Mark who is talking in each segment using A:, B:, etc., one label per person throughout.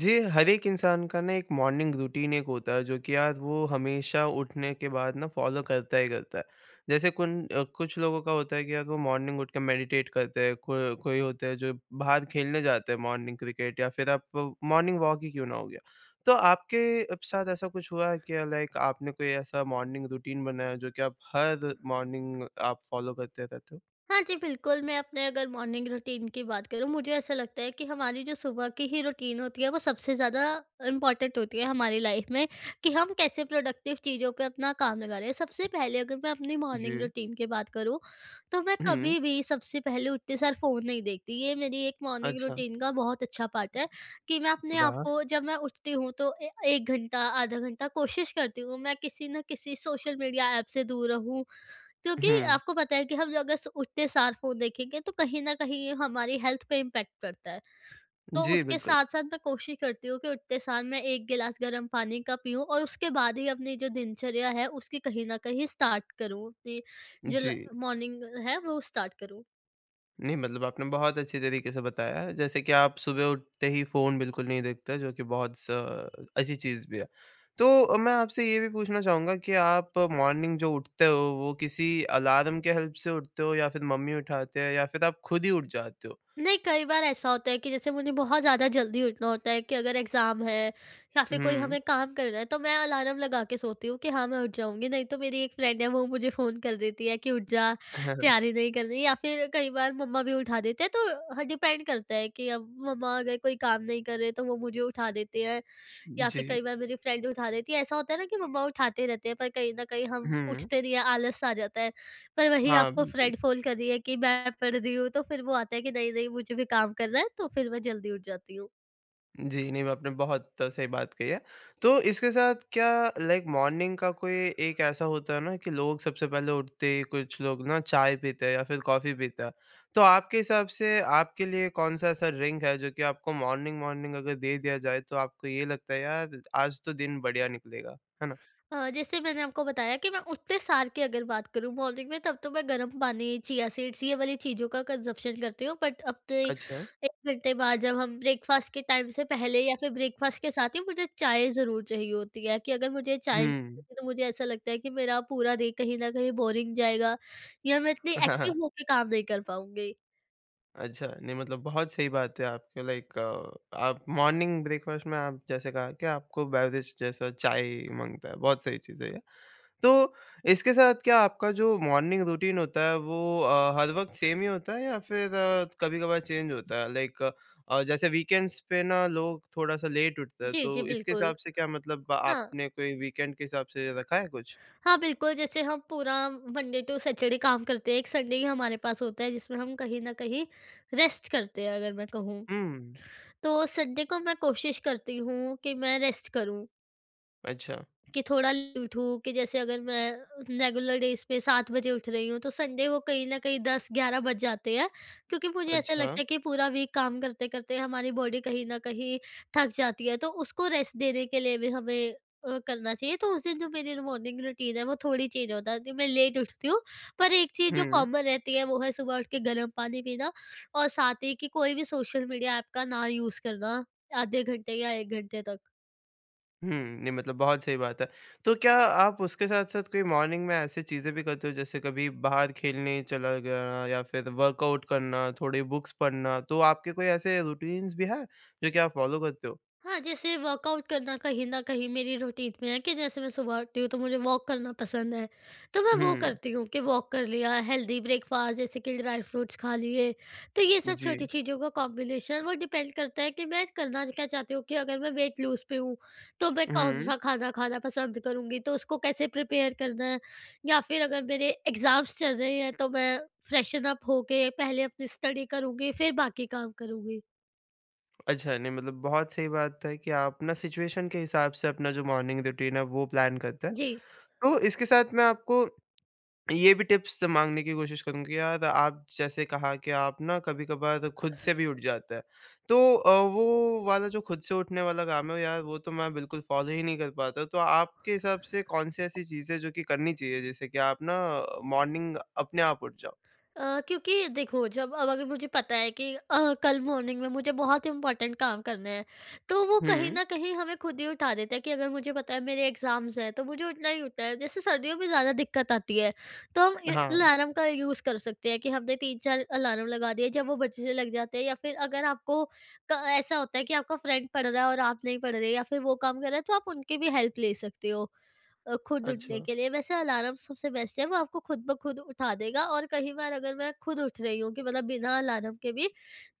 A: जी, हर एक इंसान का ना एक मॉर्निंग रूटीन एक होता है जो कि यार वो हमेशा उठने के बाद ना फॉलो करता ही करता है। जैसे कुछ लोगों का होता है कि यार वो मॉर्निंग उठ के मेडिटेट करते हैं, को कोई होते हैं जो बाहर खेलने जाते हैं मॉर्निंग क्रिकेट या फिर आप मॉर्निंग वॉक ही क्यों ना हो गया। तो आपके अब साथ ऐसा कुछ हुआ है क्या लाइक आपने कोई ऐसा मॉर्निंग रूटीन बनाया जो कि आप हर मॉर्निंग आप फॉलो करते रहते हो?
B: हाँ जी, बिल्कुल, मैं अपने अगर मॉर्निंग रूटीन की बात करूँ, मुझे ऐसा लगता है कि हमारी जो सुबह की ही रूटीन होती है, वो सबसे ज़्यादा इम्पॉर्टेंट होती है हमारी लाइफ में कि हम कैसे प्रोडक्टिव चीज़ों पे अपना काम लगा रहे हैं। सबसे पहले अगर मैं अपनी मॉर्निंग
A: जी।
B: रूटीन की बात करूँ, तो मैं
A: हुँ,
B: कभी भी सबसे पहले उठते सार फ़ोन नहीं देखती। ये मेरी एक मॉर्निंग
A: अच्छा।
B: रूटीन का बहुत अच्छा पार्ट है कि मैं अपने आप
A: वाह!
B: को जब मैं उठती हूँ, तो ए 1 घंटा, आधा घंटा कोशिश करती हूँ, मैं किसी न किसी सोशल मीडिया ऐप से दूर रहूँ। क्योंकि
A: हुँ,
B: आपको पता है कि हम अगर उठते सार फोन देखेंगे तो कहीं ना कहीं ये हमारी हेल्थ पे इम्पेक्ट करता है। तो
A: जी,
B: उसके
A: बिल्कुल।
B: साथ साथ मैं कोशिश करती हूँ कि उठते सार मैं एक गिलास गर्म पानी का पीऊँ और उसके बाद ही अपनी जो दिनचर्या है उसकी कहीं ना कहीं स्टार्ट करूँ, अपनी जो
A: जी।
B: मॉर्निंग है वो स्टार्ट करूँ।
A: नहीं मतलब आपने बहुत अच्छे तरीके से बताया है। जैसे कि आप सुबह उठते ही फ़ोन बिल्कुल नहीं देखते जो कि बहुत स अच्छी चीज़ भी है। तो मैं आपसे ये भी पूछना चाहूँगा कि आप मॉर्निंग जो उठते हो वो किसी अलार्म के हेल्प से उठते हो या फिर मम्मी उठाते हैं या फिर आप खुद ही उठ जाते हो?
B: नहीं, कई बार ऐसा होता है कि जैसे मुझे बहुत ज़्यादा जल्दी उठना होता है कि अगर एग्ज़ाम है या फिर कोई
A: हुँ।
B: हमें काम करना है, तो मैं अलार्म लगा के सोती हूँ कि हाँ, मैं उठ जाऊँगी। नहीं तो मेरी एक फ्रेंड है, वो मुझे फ़ोन कर देती है कि, "उठ जा, तैयारी नहीं करनी" या फिर कई बार मम्मा भी उठा देते हैं। तो ह डिपेंड करता है कि अब मम्मा अगर कोई काम नहीं कर रहे, तो वो मुझे उठा देते हैं। या
A: जी।
B: फिर कई बार मेरी फ्रेंड उठा देती है। ऐसा होता है ना कि मम्मा उठाते रहते हैं पर कहीं न कहीं हम
A: हुँ।
B: उठते नहीं हैं, आलस आ जाता है। पर वही
A: हाँ,
B: आपको
A: बिल्कुल।
B: फ्रेंड फ़ोन कर रही है कि मैं पढ़ रही हूँ, तो फिर वो आता है कि नहीं, नहीं मुझे भी काम करना है, तो फिर मैं जल्दी उठ जाती हूँ।
A: जी, नहीं आपने बहुत सही बात कही है। तो इसके साथ क्या लाइक मॉर्निंग का कोई एक ऐसा होता है ना कि लोग सबसे पहले उठते ही कुछ लोग ना चाय पीते हैं या फिर कॉफ़ी पीता है। तो आपके हिसाब से आपके लिए कौन-सा ऐसा ड्रिंक है जो कि आपको मॉर्निंग मॉर्निंग अगर दे दिया जाए तो आपको ये लगता है यार आज तो दिन बढ़िया निकलेगा, है ना?
B: जैसे मैंने आपको बताया कि मैं उतने साल की अगर बात करूँ मॉर्निंग में तब तो मैं गर्म पानी, चिया सीड्स ये वाली चीज़ों का कंजप्शन करती हूँ, बट अपने
A: अच्छा।
B: एक घंटे बाद जब हम ब्रेकफास्ट के टाइम से पहले या फिर ब्रेकफास्ट के साथ ही मुझे चाय ज़रूर चाहिए होती है कि अगर मुझे चाय नहीं
A: हुँ।
B: होगी तो मुझे ऐसा लगता है कि मेरा पूरा डे कहीं ना कहीं बोरिंग जाएगा या मैं इतनी
A: हाँ, हाँ।
B: एक्टिव होकर काम नहीं कर पाऊंगी।
A: अच्छा, नहीं मतलब बहुत सही बात है आपके लाइक आप मॉर्निंग ब्रेकफ़ास्ट में आप जैसे कहा कि आपको बेवरेज जैसा चाय माँगता है, बहुत सही चीज़ है ये। तो इसके साथ क्या आपका जो मॉर्निंग रूटीन होता है वो हर वक़्त सेम ही होता है या फिर कभी-कभार चेंज होता है? लाइक जैसे वीकेंड्स पे ना लोग थोड़ा-सा लेट उठते हैं
B: जी
A: तो
B: जी
A: इसके
B: बिल्कुल।
A: हिसाब से क्या मतलब
B: हाँ।
A: आपने कोई वीकेंड के हिसाब से रखा है कुछ?
B: हाँ, बिल्कुल, जैसे हम पूरा मंडे टू सैटरडे काम करते हैं, एक संडे ही हमारे पास होता है जिसमें हम कहीं न कहीं रेस्ट करते हैं अगर मैं कहूँ।
A: हुँ।
B: तो संडे को मैं कोशिश करती हूँ कि मैं रेस्ट करूँ
A: अच्छा,
B: कि थोड़ा लेट उठूँ कि जैसे अगर मैं रेगुलर डेज़ पे 7 बजे उठ रही हूँ, तो संडे को कहीं न कहीं 10-11 बज जाते हैं। क्योंकि मुझे ऐसा
A: अच्छा।
B: लगता है कि पूरा वीक काम करते-करते हमारी बॉडी कहीं न कहीं थक जाती है, तो उसको रेस्ट देने के लिए भी हमें करना चाहिए। तो उस दिन जो मेरी मॉर्निंग रूटीन है, वो थोड़ी चेंज हो जाती है, मैं लेट उठती हूँ। पर एक चीज़ जो
A: हुँ।
B: कॉमन रहती है, वो है सुबह उठ के गर्म पानी पीना और साथ ही कि कोई भी सोशल मीडिया ऐप का ना यूज़ करना, आधे घंटे या 1 घंटे तक।
A: हुँ, नहीं मतलब बहुत सही बात है। तो क्या आप उसके साथ-साथ कोई मॉर्निंग में ऐसी चीज़ें भी करते हो जैसे कभी बाहर खेलने चला गया या फिर वर्कआउट करना, थोड़ी बुक्स पढ़ना, तो आपके कोई ऐसे रूटीन्स भी हैं जो कि आप फॉलो करते हो?
B: हाँ, जैसे वर्कआउट करना कहीं न कहीं मेरी रूटीन में है कि जैसे मैं सुबह उठती हूँ तो मुझे वॉक करना पसंद है, तो मैं वो
A: हुँ,
B: करती हूँ कि वॉक कर लिया, हेल्दी ब्रेकफ़ास्ट जैसे कि ड्राई फ्रूट्स खा लिए, तो ये सब छोटी
A: जी।
B: चीज़ों का कॉम्बिनेशन वो डिपेंड करता है कि मैं करना क्या चाहती हूँ कि अगर मैं वेट लूज़ पे हूँ, तो मैं
A: हुँ,
B: कौन-सा खाना खाना पसंद करूँगी, तो उसको कैसे प्रिपेयर करना है, या फिर अगर मेरे एग्ज़ाम्स चल रहे हैं तो मैं फ्रेशन अप होके पहले अपनी स्टडी करूँगी, फिर बाकी काम करूँगी।
A: अच्छा नहीं मतलब बहुत सही बात है कि आप ना सिचुएशन के हिसाब से अपना जो मॉर्निंग रूटीन है वो प्लान करते हैं।
B: जी।
A: तो इसके साथ मैं आपको ये भी टिप्स माँगने की कोशिश करूँगा कि यार आप जैसे कहा कि आप ना कभी-कभार खुद से भी उठ जाता है। तो वो वाला जो खुद से उठने वाला काम है यार वो तो मैं बिल्कुल फ़ॉलो ही नहीं कर पाता। तो आपके हिसाब से कौन सी ऐसी चीज़ है जो कि करनी चाहिए जैसे कि आप ना मॉर्निंग अपने आप उठ जाओ?
B: क्योंकि देखो जब अब अगर मुझे पता है कि कल मॉर्निंग में मुझे बहुत इंपॉर्टेंट काम करना है तो वो कहीं
A: हुँ,
B: ना कहीं हमें खुद ही उठा देता है कि अगर मुझे पता है मेरे एग्जाम्स हैं तो मुझे उठना ही होता है। जैसे सर्दियों में ज़्यादा दिक्कत आती है तो हम
A: हाँ,
B: अलार्म का यूज़ कर सकते हैं कि हमने तीन चार अलार्म लगा दिए जब वो बजने लग जाते हैं। या फिर अगर आपको ऐसा होता है कि आपका फ्रेंड पढ़ रहा है और आप नहीं पढ़ रहे या फिर वो काम कर रहा है तो आप उनकी भी हेल्प ले सकते हो खुद उठने
A: अच्छा।
B: के लिए। वैसे अलार्म सबसे बेस्ट है, वो आपको खुद ब खुद उठा देगा। और कई बार अगर मैं खुद उठ रही हूँ कि मतलब बिना अलार्म के भी,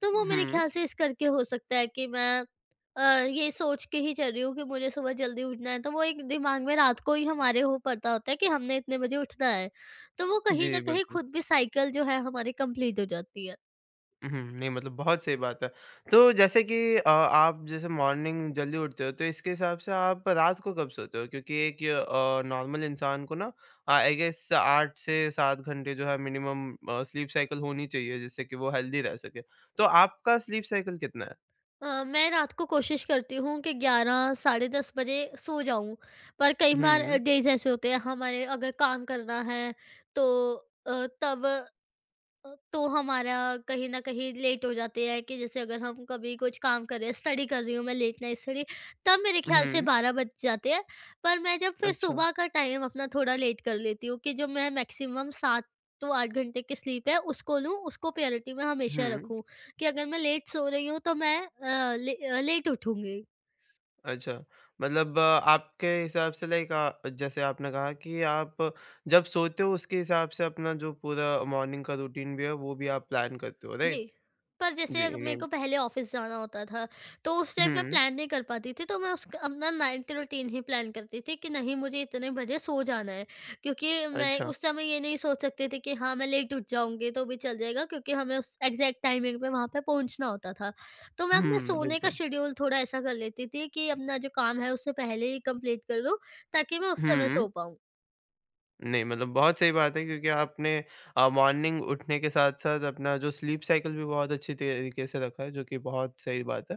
B: तो वो मेरे
A: हुँ,
B: ख्याल से इस करके हो सकता है कि मैं अ, ये सोच के ही चल रही हूँ कि मुझे सुबह जल्दी उठना है, तो वो एक दिमाग में रात को ही हमारे हो पड़ता होता है कि हमने इतने बजे उठना है, तो वो कहीं ना
A: जी
B: कहीं
A: बिल्कुल।
B: खुद भी साइकिल जो है हमारी कंप्लीट हो जाती है।
A: हुँ, हुँ। नहीं मतलब बहुत सही बात है। तो जैसे कि आप जैसे मॉर्निंग जल्दी उठते हो तो इसके हिसाब से आप रात को कब सोते हो? क्योंकि एक नॉर्मल इंसान को ना आई गेस 8 से 7 घंटे जो है मिनिमम स्लीप साइकिल होनी चाहिए जिससे कि वो हेल्दी रह सके। तो आपका स्लीप साइकिल कितना है?
B: मैं रात को कोशिश करती हूँ कि 11 साढ़े 10 बजे सो जाऊँ, पर कई बार
A: हुँ,
B: डेज़ ऐसे होते हैं हमारे अगर काम करना है तो अ, तब तो हमारा कहीं न कहीं लेट हो जाते हैं कि जैसे अगर हम कभी कुछ काम कर रहे हैं, स्टडी कर रही हूँ मैं लेट नाइट स्टडी, तब मेरे ख़्याल से
A: हुँ।
B: 12 बज जाते हैं। पर मैं जब फिर
A: अच्छा।
B: सुबह का टाइम अपना थोड़ा लेट कर लेती हूँ कि जो मैं मैक्सिमम 7 टू 8 घंटे की स्लीप है उसको लूँ, उसको प्रायोरिटी में हमेशा
A: हुँ।
B: रखूँ कि अगर मैं लेट सो रही हूँ तो मैं लेट उठूँगी।
A: अच्छा, मतलब आपके हिसाब से लाइक जैसे आपने कहा कि आप जब सोते हो उसके हिसाब से अपना जो पूरा मॉर्निंग का रूटीन भी है वो भी आप प्लान करते हो,
B: जी।
A: राइट?
B: पर जैसे
A: जी,
B: अग मेरे
A: नहीं
B: को पहले ऑफ़िस जाना होता था, तो उस टाइम मैं
A: हुँ,
B: प्लान नहीं कर पाती थी, तो मैं उसक अपना 9 टू रूटीन ही प्लान करती थी कि नहीं मुझे इतने बजे सो जाना है। क्योंकि मैं
A: अच्छा।
B: उस समय ये नहीं सोच सकती थी कि हाँ, मैं लेट उठ जाऊँगी तो भी चल जाएगा क्योंकि हमें उस एग्ज़ैक्ट टाइमिंग पे वहाँ पे पहुँचना होता था। तो मैं अपने
A: हुँ,
B: सोने का
A: बिल्कुल।
B: शेड्यूल थोड़ा ऐसा कर लेती थी कि अपना जो काम है उससे पहले ही कंप्लीट कर लूँ, ताकि मैं उस समय
A: हुँ।
B: सो पाऊँ।
A: नहीं, मतलब बहुत सही बात है क्योंकि आपने मॉर्निंग उठने के साथ-साथ अपना जो स्लीप साइकिल भी बहुत अच्छी तरीके से रखा है, जो कि बहुत सही बात है।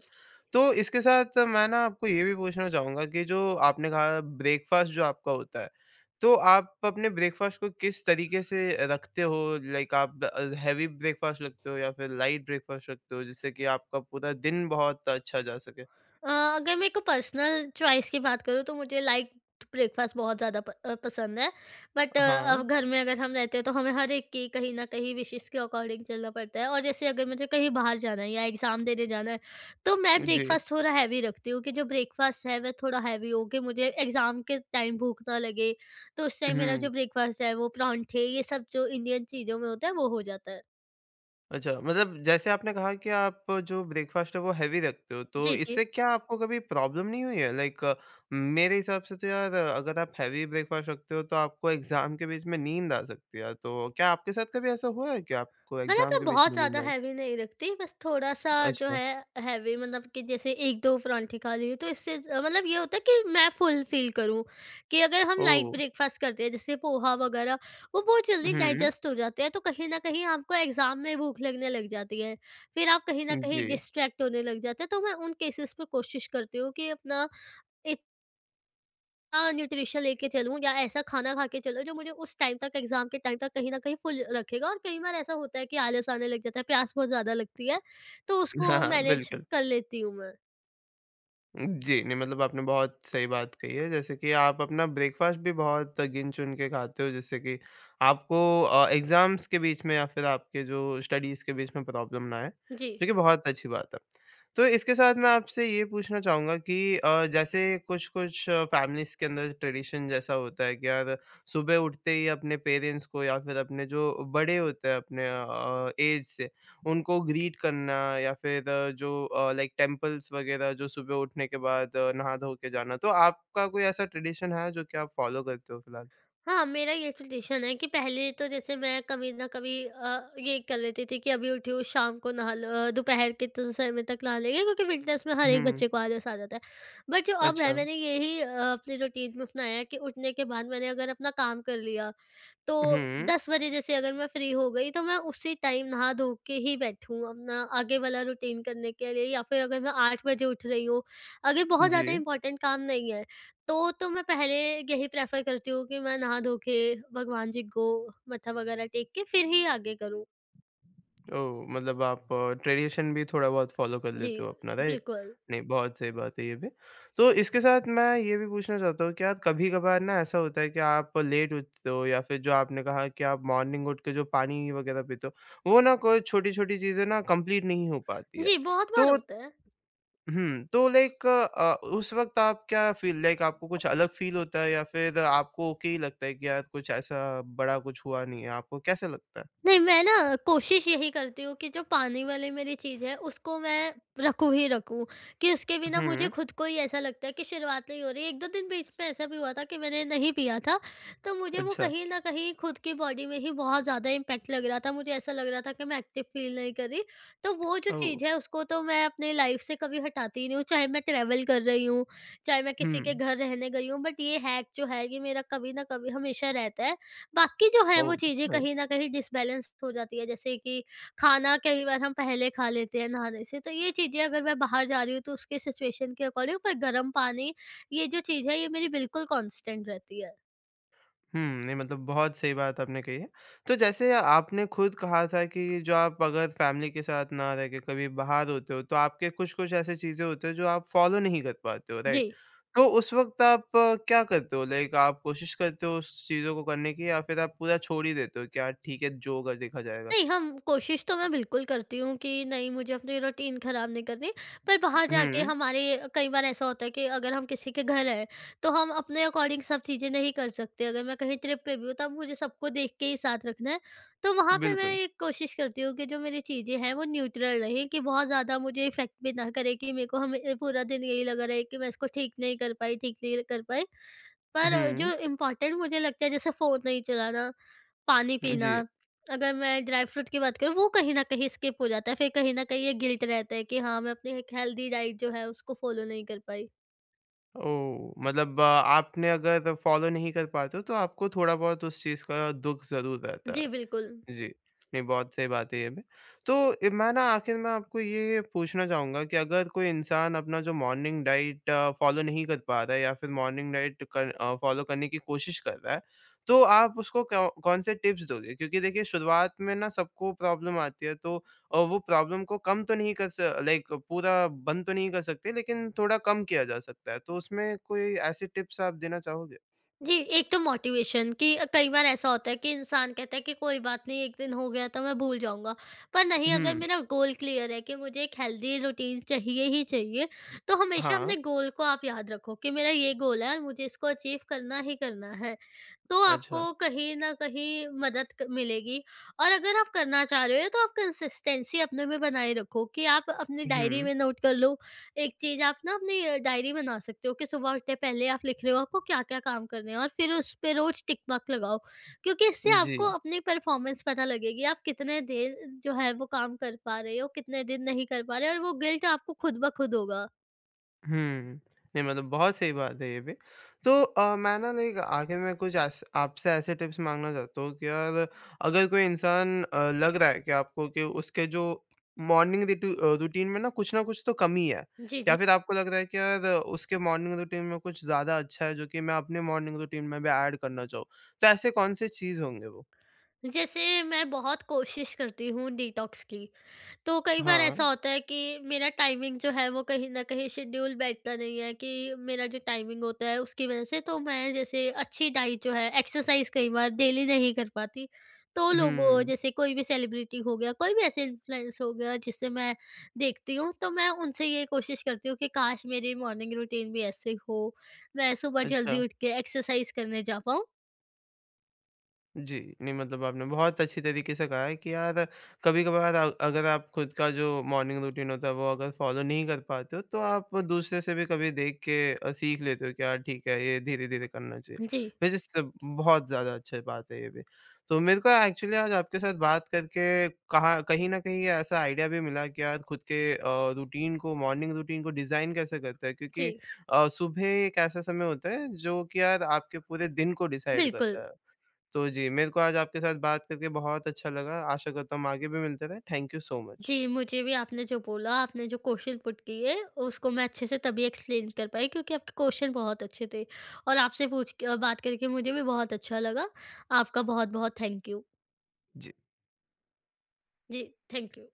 A: तो इसके साथ मैं ना आपको ये भी पूछना चाहूँगा कि जो आपने कहा ब्रेकफ़ास्ट जो आपका होता है, तो आप अपने ब्रेकफ़ास्ट को किस तरीके से रखते हो? लाइक आप हेवी ब्रेकफ़ास्ट रखते हो या फिर लाइट ब्रेकफ़ास्ट रखते हो जिससे कि आपका पूरा दिन बहुत अच्छा जा सके?
B: अ, अगर मेरे को पर्सनल चॉइस की बात करूँ तो मुझे लाइट ब्रेकफास्ट बहुत ज़्यादा पसंद है। बट
A: हाँ,
B: अब घर में अगर हम रहते हैं तो हमें हर एक की कहीं न कहीं विशेज़ के अकॉर्डिंग चलना पड़ता है, और जैसे अगर मुझे कहीं बाहर जाना है या एग्ज़ाम देने जाना है, तो मैं
A: जी।
B: ब्रेकफास्ट थोड़ा हैवी रखती हूँ कि जो ब्रेकफास्ट है वह थोड़ा हैवी हो कि मुझे एग्ज़ाम के टाइम भूख ना लगे। तो उस टाइम मेरा जो
A: हुँ।
B: ब्रेकफास्ट है वो पराँठे, ये सब जो इंडियन चीज़ों में होता है वो हो जाता है।
A: अच्छा, मतलब जैसे आपने कहा कि आप जो ब्रेकफ़ास्ट है वो हेवी रखते हो, तो
B: जी, जी।
A: इससे क्या आपको कभी प्रॉब्लम नहीं हुई है? लाइक मेरे हिसाब से तो यार अगर आप हेवी ब्रेकफ़ास्ट रखते हो तो आपको एग्ज़ाम के बीच में नींद आ सकती है यार, तो क्या आपके साथ कभी ऐसा हुआ है कि आपको
B: मतलब
A: एग्ज़ाम
B: मैं
A: के बीच
B: बहुत
A: में
B: ज़्यादा
A: नींद आई?
B: हैवी नहीं रखती, बस थोड़ा-सा जो
A: अच्छा,
B: है हैवी, मतलब कि जैसे 1-2 पराँठे खा ली तो इससे ज मतलब ये होता है कि मैं फुल फ़ील करूँ, कि अगर हम
A: ओह!
B: लाइट ब्रेकफ़ास्ट करते हैं जैसे पोहा वग़ैरह, वो बहुत जल्दी
A: हुँ,
B: डाइजेस्ट हो जाते हैं तो कहीं न कहीं आपको एग्ज़ाम में भूख लगने लग जाती है। फिर आप कहीं न कहीं
A: जी।
B: डिस्ट्रैक्ट होने लग जाते हैं, तो मैं उन केसेस में कोशिश करती हूँ कि अपना इत न्यूट्रिशन लेके चलूँ या ऐसा खाना खा के चलो जो मुझे उस टाइम तक, एग्ज़ाम के टाइम तक कहीं न कहीं फुल रखेगा। और कई बार ऐसा होता है कि आलस आने लग जाता है, प्यास बहुत ज़्यादा लगती है, तो
A: हाँ,
B: उसको
A: हाँ,
B: मैनेज
A: बिल्कुल।
B: कर लेती हूँ मैं।
A: जी, नहीं मतलब आपने बहुत सही बात कही है, जैसे कि आप अपना ब्रेकफ़ास्ट भी बहुत गिन-चुन के खाते हो, जिससे कि आपको एग्ज़ाम्स के बीच में या फिर आपके जो स्टडीज़ के बीच में प्रॉब्लम ना आए,
B: जी।
A: जो कि बहुत अच्छी बात है। तो इसके साथ मैं आपसे ये पूछना चाहूँगा कि जैसे कुछ-कुछ फ़ैमिलीज़ के अंदर ट्रेडिशन जैसा होता है कि यार सुबह उठते ही अपने पेरेंट्स को या फिर अपने जो बड़े होते हैं अपने एज से, उनको ग्रीट करना या फिर लाइक टेम्पल्स वगैरह जो सुबह उठने के बाद नहा धो के जाना। तो आपका कोई ऐसा ट्रेडिशन है जो कि आप फॉलो करते हो फिलहाल?
B: हाँ, मेरा ये ट्रेडिशन है कि पहले तो जैसे मैं कभी न कभी ये कर लेती थी कि अभी उठी हूँ शाम को नहा लो, दोपहर के तो समय तक नहा लेंगे क्योंकि विंटर्स में हर एक
A: हुँ।
B: बच्चे को आलस आ जाता है। बट जो अब है
A: अच्छा।
B: मैंने यही अपने रूटीन में अपनाया है कि उठने के बाद मैंने अगर अपना काम कर लिया तो
A: हुँ।
B: 10 बजे जैसे अगर मैं फ्री हो गई तो मैं उसी टाइम नहा धो के ही बैठूँ अपना आगे वाला रूटीन करने के लिए, या फिर अगर मैं 8 बजे उठ रही हूँ, अगर बहुत ज़्यादा
A: जी।
B: इम्पोर्टेंट काम नहीं है, तो मैं पहले यही प्रेफ़र करती हूँ कि मैं नहा धो के भगवान जी को मत्था वगैरह टेक के फिर ही आगे करूँ।
A: ओह! मतलब आप ट्रेडिशन भी थोड़ा बहुत फ़ॉलो कर
B: जी,
A: लेते हो अपना, राइट?
B: बिल्कुल।
A: नहीं, बहुत सही बात है ये भी। तो इसके साथ मैं ये भी पूछना चाहता हूँ, क्या कभी-कभार ना ऐसा होता है कि आप लेट उठते हो या फिर जो आपने कहा कि आप मॉर्निंग उठ के जो पानी वगैरह पीते हो, वो ना कोई छोटी-छोटी चीज़ें ना कंप्लीट नहीं हो पाती है।
B: जी, बहुत
A: तो
B: बार होता है।
A: हुँ, तो लाइक उस वक़्त आप क्या फ़ील लाइक आपको कुछ अलग फ़ील होता है या फिर आपको ओके ही लगता है कि यार कुछ ऐसा बड़ा कुछ हुआ नहीं है, आपको कैसा लगता है?
B: नहीं, मैं ना कोशिश यही करती हूँ कि जो पानी वाली मेरी चीज़ है, उसको मैं रखूँ ही रखूँ, कि उसके बिना मुझे
A: हुँ,
B: खुद को ही ऐसा लगता है कि शुरुआत नहीं हो रही है। 1-2 दिन बीच में ऐसा भी हुआ था कि मैंने नहीं पिया था, तो मुझे वो
A: अच्छा।
B: कहीं न कहीं खुद की बॉडी में ही बहुत ज़्यादा इम्पैक्ट लग रहा था। मुझे ऐसा लग रहा था कि मैं एक्टिव फ़ील नहीं कर रही, तो वो जो
A: ओह!
B: चीज़ है उसको तो मैं अपनी लाइफ़ से कभी हटाती ही नहीं हूँ, चाहे मैं ट्रैवल कर रही हूँ, चाहे मैं किसी के
A: हुँ।
B: घर रहने गई हूँ, बट ये हैक जो है, ये मेरा कभी न कभी हमेशा रहता है। बाकी जो है वो
A: ओह!
B: चीज़ें कहीं
A: नाइस।
B: न कहीं डिसबैलेंस हो जाती है, जैसे कि खाना कई बार हम पहले खा लेते हैं नहाने से, तो ये चीज़ें अगर मैं बाहर जा रही हूँ तो उसके सिचुएशन के अकॉर्डिंग पर गर्म पानी, ये जो चीज़ है ये मेरी बिल्कुल कांस्टेंट रहती है।
A: हुँ, नहीं मतलब बहुत सही बात आपने कही है। तो जैसे आपने खुद कहा था कि जो आप अगर फैमिली के साथ ना रह के कभी बाहर होते हो, तो आपके कुछ-कुछ ऐसी चीज़ें होती हैं जो आप फ़ॉलो नहीं कर पाते हो,
B: जी।
A: राइट? तो उस वक़्त आप क्या करते हो? लाइक आप कोशिश करते हो उस चीज़ों को करने की या फिर आप पूरा छोड़ ही देते हो कि यार ठीक है, जो होगा देखा जाएगा?
B: नहीं, हम कोशिश तो मैं बिल्कुल करती हूँ कि नहीं मुझे अपनी रूटीन ख़राब नहीं करनी, पर बाहर जाके
A: हुँ,
B: हमारे कई बार ऐसा होता है कि अगर हम किसी के घर हैं, तो हम अपने अकॉर्डिंग सब चीज़ें नहीं कर सकते। अगर मैं कहीं ट्रिप पे भी हूँ तब मुझे सबको देख के ही साथ रखना है, तो वहाँ पे मैं
A: बिल्कुल।
B: ये कोशिश करती हूँ कि जो मेरी चीज़ें हैं वो न्यूट्रल रहें कि बहुत ज़्यादा मुझे इफ़ेक्ट भी ना करे, कि मेरे को हमें पूरा दिन यही लगा रहे कि मैं इसको ठीक नहीं कर पाई, ठीक नहीं कर पाई। पर जो
A: हुँ,
B: इम्पोर्टेंट मुझे लगता है, जैसे फ़ोन नहीं चलाना, पानी पीना,
A: जी।
B: अगर मैं ड्राई फ्रूट की बात करूँ वो कहीं न कहीं स्किप हो जाता है, फिर कहीं न कहीं ये गिल्ट रहता है कि हाँ, मैं अपनी एक हेल्दी डाइट जो है उसको फॉलो नहीं कर पाई।
A: ओह! मतलब आपने अगर फ़ॉलो नहीं कर पाते हो तो आपको थोड़ा बहुत उस चीज़ का दुःख ज़रूर रहता
B: जी,
A: है।
B: बिल्कुल।
A: जी। नहीं, बहुत सही बात है ये भी। तो ए, मैं ना आखिर में आपको ये पूछना चाहूँगा कि अगर कोई इंसान अपना जो मॉर्निंग डाइट फ़ॉलो नहीं कर पा रहा है या फिर मॉर्निंग डाइट कर अ, फ़ॉलो करने की कोशिश कर रहा है, तो आप उसको कौ कौन से टिप्स दोगे? क्योंकि देखिए शुरुआत में ना सबको प्रॉब्लम आती है तो वो प्रॉब्लम को कम तो नहीं कर स लाइक पूरा बंद तो नहीं कर सकते लेकिन थोड़ा कम किया जा सकता है। तो उसमें कोई ऐसी टिप्स आप देना चाहोगे?
B: जी, एक तो मोटिवेशन कि कई बार ऐसा होता है कि इंसान कहता है कि कोई बात नहीं, एक दिन हो गया तो मैं भूल जाऊँगा। पर नहीं, अगर
A: हुँ।
B: मेरा गोल क्लियर है कि मुझे एक हेल्दी रूटीन चाहिए ही चाहिए, तो हमेशा
A: हाँ,
B: अपने गोल को आप याद रखो कि मेरा ये गोल है और मुझे इसको अचीव करना ही करना है। तो आपको
A: अच्छा।
B: कहीं न कहीं मदद क मिलेगी। और अगर आप करना चाह रहे हो तो आप कंसिस्टेंसी अपने में बनाए रखो कि आप अपनी डायरी
A: हुँ,
B: में नोट कर लो। एक चीज़ आप ना अपनी डायरी बना सकते हो कि सुबह उठते पहले आप लिख रहे हो आपको क्या-क्या काम करने हैं और फिर उस पे रोज़ टिक मार्क लगाओ। क्योंकि इससे
A: जी।
B: आपको अपनी परफ़ॉर्मेंस पता लगेगी, आप कितने देर जो है वो काम कर पा रहे हो, कितने दिन नहीं कर पा रहे, और वो गिल्ट आपको खुद ब खुद होगा।
A: हुँ। नहीं मतलब बहुत सही बात है ये भी। तो मैं ना लाइक आखिर में कुछ ऐस आपसे ऐसे टिप्स माँगना चाहता हूँ कि यार अगर कोई इंसान लग रहा है कि आपको कि उसके जो रूटीन में ना कुछ तो कमी है
B: जी, जी।
A: या फिर आपको लग रहा है कि यार उसके मॉर्निंग रूटीन में कुछ ज़्यादा अच्छा है जो कि मैं अपने मॉर्निंग रूटीन में भी ऐड करना चाहूँ। तो ऐसे कौन-से चीज़ होंगे वो?
B: जैसे मैं बहुत कोशिश करती हूँ डिटॉक्स की। तो कई बार ऐसा
A: हाँ।
B: होता है कि मेरा टाइमिंग जो है वो कहीं न कहीं शेड्यूल बैठता नहीं है, कि मेरा जो टाइमिंग होता है उसकी वज़ह से, तो मैं जैसे अच्छी डाइट जो है, एक्सरसाइज़ कई बार डेली नहीं कर पाती। तो लोगों
A: हुँ।
B: जैसे कोई भी सेलिब्रिटी हो गया, कोई भी ऐसे इन्फ्लुएंस हो गया जिसे मैं देखती हूँ, तो मैं उनसे ये कोशिश करती हूँ कि काश मेरी मॉर्निंग रूटीन भी ऐसे हो, मैं सुबह जल्दी
A: अच्छा।
B: उठ के एक्सरसाइज़ करने जा पाऊँ।
A: जी, नहीं मतलब आपने बहुत अच्छी तरीके से कहा है कि यार कभी-कभार अगर आप खुद का जो मॉर्निंग रूटीन होता है वो अगर फॉलो नहीं कर पाते हो तो आप दूसरे से भी कभी देख के सीख लेते हो कि यार ठीक है ये धीरे-धीरे करना चाहिए।
B: जी,
A: वैसे सब बहुत ज़्यादा अच्छी बात है ये भी। तो मेरे को एक्चुअली आज आपके साथ बात करके कहा कहीं न कहीं ये ऐसा आइडिया भी मिला कि यार खुद के रूटीन को मॉर्निंग रूटीन को डिज़ाइन कैसे करते हैं क्योंकि
B: जी,
A: सुबह एक ऐसा समय होता है जो कि यार आपके पूरे दिन को डिसाइड
B: बिल्कुल।
A: करता है। तो जी, मेरे को आज आपके साथ बात करके बहुत अच्छा लगा। आशा करता हूँ हम आगे भी मिलते रहें। Thank you so much.
B: जी, मुझे भी आपने जो बोला, आपने जो क्वेश्चन पुट किए, उसको मैं अच्छे से तभी एक्सप्लेन कर पाई क्योंकि आपके क्वेश्चन बहुत अच्छे थे और आपसे पूछ क बात करके मुझे भी बहुत अच्छा लगा। आपका बहुत-बहुत थैंक यू।
A: जी।
B: जी, थैंक यू।